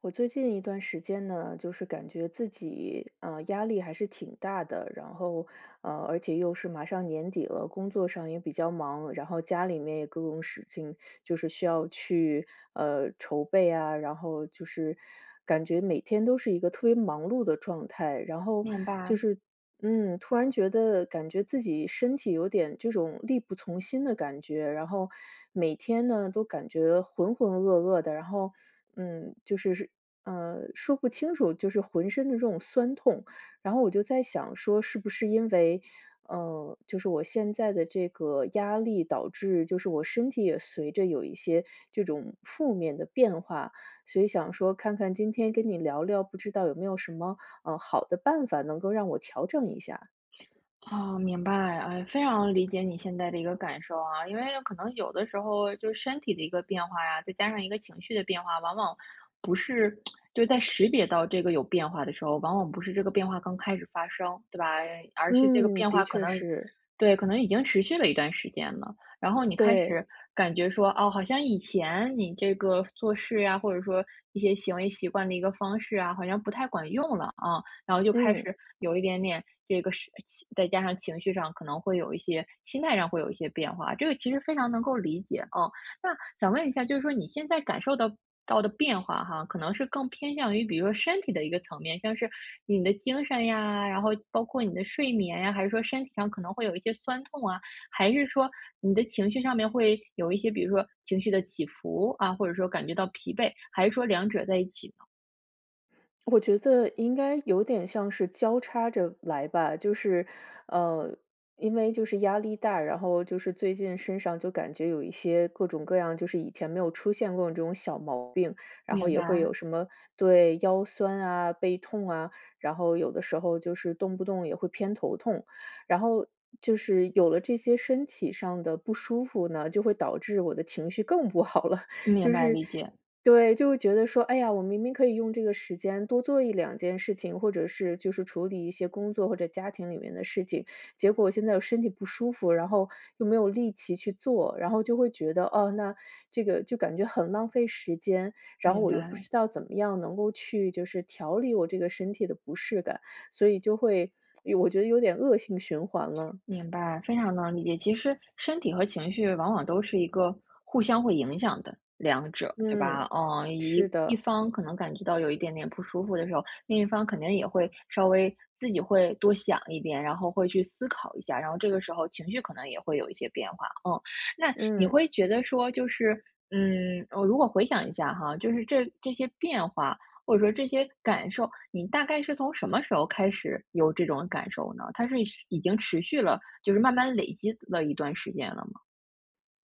我最近一段时间呢，就是感觉自己压力还是挺大的，然后而且又是马上年底了，工作上也比较忙，然后家里面也各种事情，就是需要去筹备啊，然后就是感觉每天都是一个特别忙碌的状态，然后明白，就是突然觉得感觉自己身体有点这种力不从心的感觉，然后每天呢都感觉浑浑噩噩的，然后就是说不清楚，就是浑身的这种酸痛，然后我就在想说，是不是因为就是我现在的这个压力导致，就是我身体也随着有一些这种负面的变化，所以想说看看今天跟你聊聊，不知道有没有什么，好的办法能够让我调整一下。啊，明白，哎，非常理解你现在的一个感受啊，因为可能有的时候就是身体的一个变化呀，再加上一个情绪的变化，往往不是就在识别到这个有变化的时候，往往不是这个变化刚开始发生，对吧？而是这个嗯，变的化可确能，是，对，可能已经持续了一段时间了，然后你开对，始感觉说，哦，好像以前你这个做事呀，或者说一些行为习惯的一个方式啊，好像不太管用了啊。然后就开嗯。始有一点点这个是情再加上情绪上可能会有一些心态上会有一些变化，这个其实非常能够理解哦。那想问一下，就是说你现在感受到的变化哈，可能是更偏向于比如说身体的一个层面，像是你的精神呀，然后包括你的睡眠呀，还是说身体上可能会有一些酸痛啊，还是说你的情绪上面会有一些，比如说情绪的起伏啊，或者说感觉到疲惫，还是说两者在一起呢？我觉得应该有点像是交叉着来吧，就是，呃，因为就是压力大，然后就是最近身上就感觉有一些各种各样，就是以前没有出现过的这种小毛病，然后明也会白，有什么对腰酸啊、背痛啊，然后有的时候就是动不动也会偏头痛，然后就是有了这些身体上的不舒服呢，就会导致我的情绪更不好了，明就白，是理解。对，就会觉得说，哎呀，我明明可以用这个时间多做一两件事情，或者是就是处理一些工作或者家庭里面的事情，结果我现在又身体不舒服，然后又没有力气去做，然后就会觉得，哦，那这个就感觉很浪费时间，然后明我又不白，知道怎么样能够去就是调理我这个身体的不适感，所以就会，我觉得有点恶性循环了。明白，非常能理解。其实身体和情绪往往都是一个互相会影响的两者，对吧？嗯，嗯，是一一的，方可能感觉到有一点点不舒服的时候，另一方肯定也会稍微自己会多想一点，然后会去思考一下，然后这个时候情绪可能也会有一些变化。嗯，那你嗯。会觉得说，就是我如果回想一下哈，就是这些变化，或者说这些感受，你大概是从什么时候开始有这种感受呢？它是已经持续了，就是慢慢累积了一段时间了吗？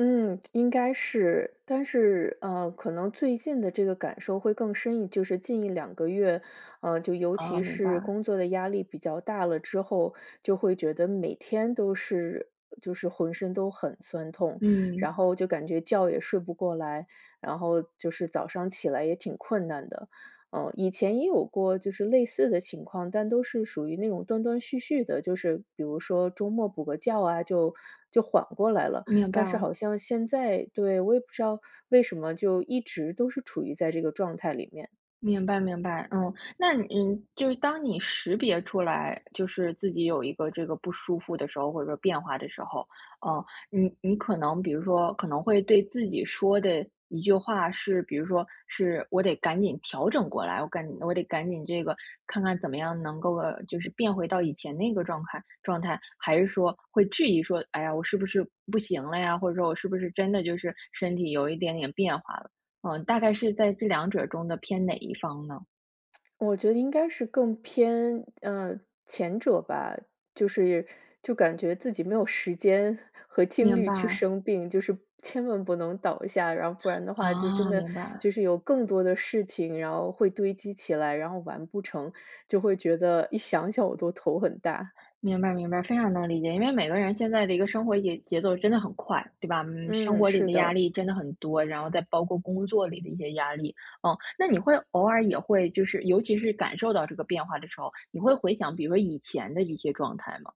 嗯，应该是，但是，可能最近的这个感受会更深就是近一两个月，就尤啊，其明白，是工作的压力比较大了之后，就会觉得每天都是就是浑身都很酸痛，嗯，然后就感觉觉也睡不过来，然后就是早上起来也挺困难的。以前也有过就是类似的情况，但都是属于那种断断续续的，就是比如说周末补个觉啊，就缓过来了。明白。但是好像现在对，我也不知道为什么就一直都是处于在这个状态里面。明白明白，那你就是当你识别出来，就是自己有一个这个不舒服的时候，或者说变化的时候，嗯，你你可能比如说可能会对自己说的一句话是，比如说是我得赶紧调整过来，我得赶紧这个看看怎么样能够就是变回到以前那个状态，还是说会质疑说，哎呀，我是不是不行了呀？或者说我是不是真的就是身体有一点点变化了？大概是在这两者中的偏哪一方呢？我觉得应该是更偏，前者吧，就是就感觉自己没有时间和精明力白，去生病，就是千万不能倒下，然后不然的话就真啊，的明白，就是有更多的事情，然后会堆积起来，然后完不成，就会觉得一想想我都头很大。明白，明白，非常能理解。因为每个人现在的一个生活节奏真的很快，对吧？嗯，生嗯，活里是的压的。力真的很多，然后再包括工作里的一些压力。那你会偶尔也会就是，尤其是感受到这个变化的时候，你会回想，比如说以前的一些状态吗？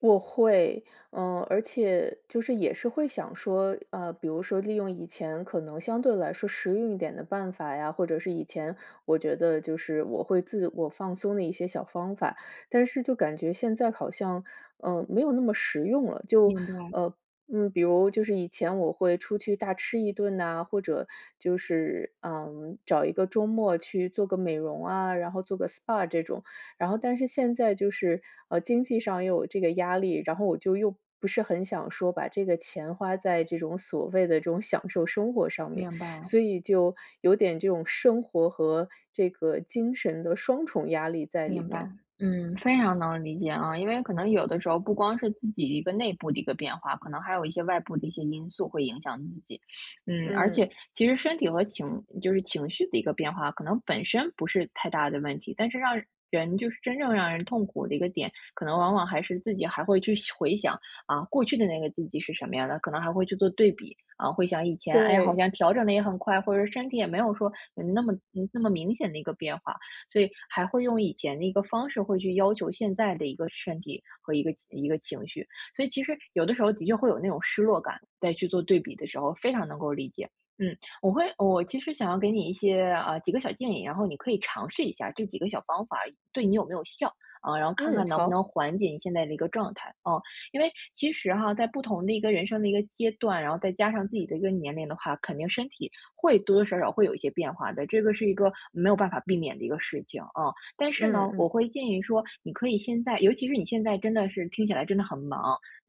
我会，而且就是也是会想说，比如说利用以前可能相对来说实用一点的办法呀，或者是以前我觉得就是我会自我放松的一些小方法，但是就感觉现在好像，没有那么实用了。就，明白，呃，比如就是以前我会出去大吃一顿呐，或者就是，找一个周末去做个美容啊，然后做个 SPA 这种。然后但是现在就是，经济上也有这个压力，然后我就又不是很想说把这个钱花在这种所谓的这种享受生活上面，明白。所以就有点这种生活和这个精神的双重压力在里明白，面。非常能理解啊，因为可能有的时候不光是自己一个内部的一个变化，可能还有一些外部的一些因素会影响自己，而嗯，且其实身体和情就是情绪的一个变化，可能本身不是太大的问题，但是让人就是真正让人痛苦的一个点，可能往往还是自己还会去想回想啊，过去的那个自己是什么样的，可能还会去做对比啊，会想以前，哎，好对，像调整的也很快，或者身体也没有说有那么那么明显的一个变化。所以还会用以前的一个方式，会去要求现在的一个身体和一个一个情绪。所以其实有的时候的确会有那种失落感，在去做对比的时候，非常能够理解。嗯，我其实想要给你一些几个小建议，然后你可以尝试一下这几个小方法对你有没有效啊，然后看嗯，看能不能好，缓解你现在的一个状态啊。因为其实哈，在不同的一个人生的一个阶段，然后再加上自己的一个年龄的话，肯定身体会多多少少会有一些变化的，这个是一个没有办法避免的一个事情啊。但是呢，嗯我嗯，会建议说，你可以现在，尤其是你现在真的是听起来真的很忙，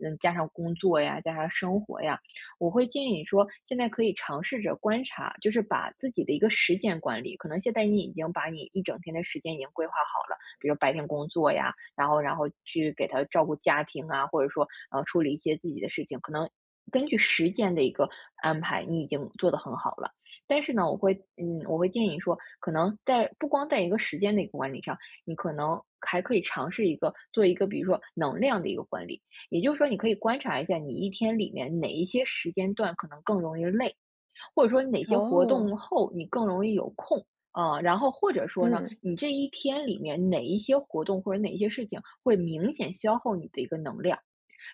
加上工作呀，加上生活呀，我会建议你说，现在可以尝试着观察，就是把自己的一个时间管理，可能现在你已经把你一整天的时间已经规划好了，比如白天工作呀，然后去给他照顾家庭啊，或者说处理一些自己的事情，可能。根据时间的一个安排，你已经做得很好了。但是呢，我会建议说，可能在不光在一个时间的一个管理上，你可能还可以尝试一个做一个，比如说能量的一个管理。也就是说，你可以观察一下你一天里面哪一些时间段可能更容易累，或者说哪些活哦，动后你更容易有空。啊。然后或者说呢，嗯，你这一天里面哪一些活动或者哪一些事情会明显消耗你的一个能量？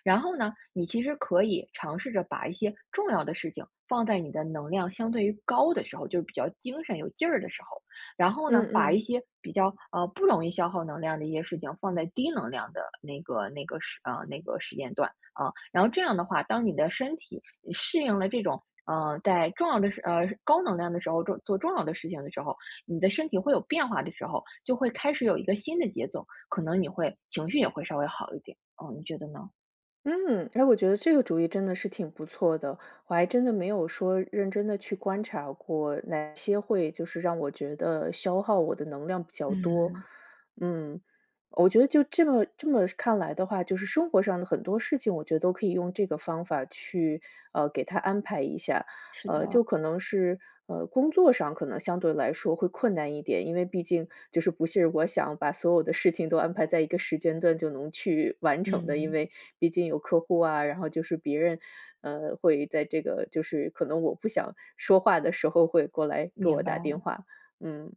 然后呢，你其实可以尝试着把一些重要的事情放在你的能量相对于高的时候，就是比较精神有劲儿的时候，然后嗯呢，把一嗯。些比较不容易消耗能量的一些事情放在低能量的那个那个时呃那个时间段啊，然后这样的话，当你的身体适应了这种。呃，在重要的事，呃，高能量的时候，做重要的事情的时候，你的身体会有变化的时候，就会开始有一个新的节奏，可能你会情绪也会稍微好一点。嗯，你觉得呢？嗯，哎，我觉得这个主意真的是挺不错的，我还真的没有说认真的去观察过哪些会就是让我觉得消耗我的能量比较多。嗯，嗯，我觉得就这么看来的话，就是生活上的很多事情，我觉得都可以用这个方法去，给他安排一下。是的，就可能是，工作上可能相对来说会困难一点，因为毕竟就是不是我想把所有的事情都安排在一个时间段就能去完成的。因嗯，为毕竟有客户啊，然后就是别人，会在这个就是可能我不想说话的时候会过来给明我打白，电话。嗯，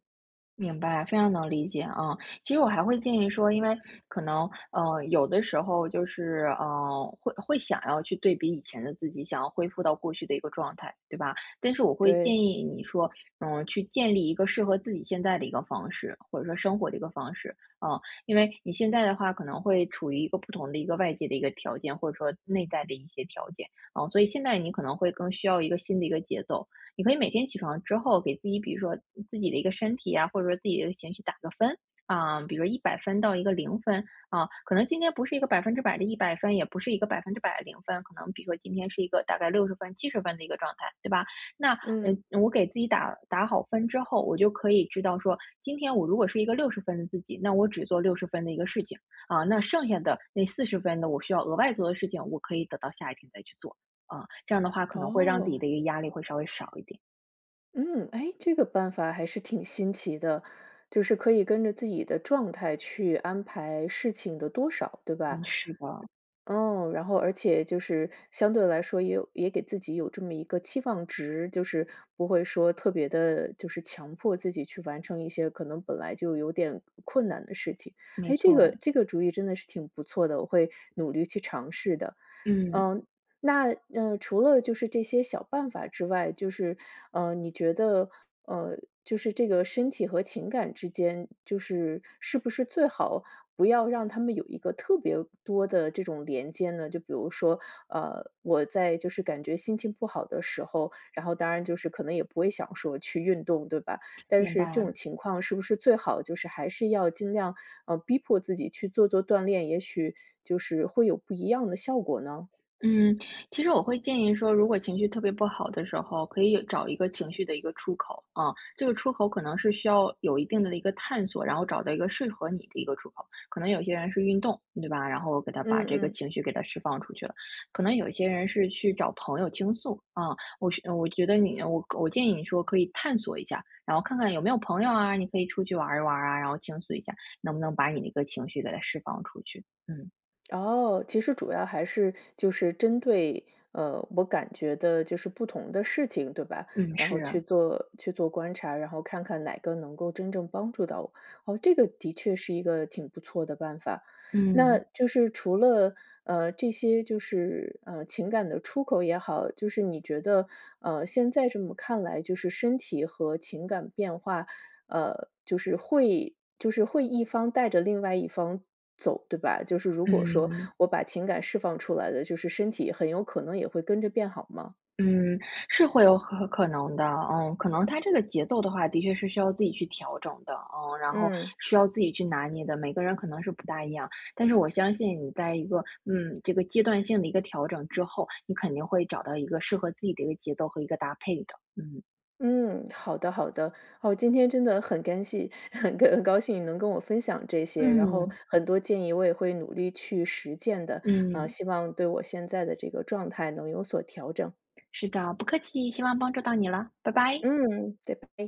明白，非常能理解啊。其实我还会建议说，因为可能有的时候就是会想要去对比以前的自己，想要恢复到过去的一个状态，对吧？但是我会建对，议你说，去建立一个适合自己现在的一个方式，或者说生活的一个方式，啊。因为你现在的话可能会处于一个不同的一个外界的一个条件，或者说内在的一些条件，啊，所以现在你可能会更需要一个新的一个节奏。你可以每天起床之后给自己，比如说自己的一个身体啊，或者说自己的一个情绪打个分啊，比如一百分到一个零分啊，可能今天不是一个百分之百的一百分，也不是一个百分之百的零分，可能比如说今天是一个大概六十分、七十分的一个状态，对吧？那嗯，我给自己打好分之后，我就可以知道说，今天我如果是一个六十分的自己，那我只做六十分的一个事情啊，那剩下的那四十分的我需要额外做的事情，我可以等到下一天再去做。啊，这样的话可能会让自己哦，的一个压力会稍微少一点。嗯，哎，这个办法还是挺新奇的，就是可以跟着自己的状态去安排事情的多少，对吧？嗯，是的，哦，然后而且就是相对来说也有也给自己有这么一个期望值，就是不会说特别的，就是强迫自己去完成一些可能本来就有点困难的事情。没哎，这错，个这个主意真的是挺不错的，我会努力去尝试的。嗯，嗯，那，除了就是这些小办法之外，就是，你觉得，呃，就是这个身体和情感之间，就是是不是最好不要让他们有一个特别多的这种连接呢？就比如说，我在就是感觉心情不好的时候，然后当然就是可能也不会想说去运动，对吧？但明是这白。种情况是不是最好就是还是要尽量逼迫自己去做做锻炼，也许就是会有不一样的效果呢？嗯，其实我会建议说，如果情绪特别不好的时候，可以找一个情绪的一个出口啊，这个出口可能是需要有一定的一个探索，然后找到一个适合你的一个出口。可能有些人是运动，对吧？然后我给他把这个嗯嗯。情绪给他释放出去了。可能有些人是去找朋友倾诉啊，我是我觉得你我我建议你说可以探索一下，然后看看有没有朋友啊，你可以出去玩一玩啊，然后倾诉一下，能不能把你的一个情绪给它释放出去。嗯哦，其实主要还是就是针对，我感觉的就是不同的事情，对吧？嗯，然是后去啊，做去做观察，然后看看哪个能够真正帮助到我。哦，这个的确是一个挺不错的办法。那嗯就是除了，这些就是，情感的出口也好，就是你觉得，现在这么看来，就是身体和情感变化，就是会一方带着另外一方走，对吧？就是如果说嗯。我把情感释放出来的，就是身体很有可能也会跟着变好吗？嗯，是会有可能的，可能他这个节奏的话，的确是需要自己去调整的，然后嗯，需要自己去拿捏的，每个人可能是不大一样，但是我相信你在一个这个阶段性的一个调整之后，你肯定会找到一个适合自己的一个节奏和一个搭配的，嗯嗯，好的好的。哦，今天真的很干系 很高兴你能跟我分享这些，然后嗯。很多建议我也会努力去实践的，啊，嗯，希望对我现在的这个状态能有所调整。是的，不客气，希望帮助到你了，拜拜。嗯，对，拜。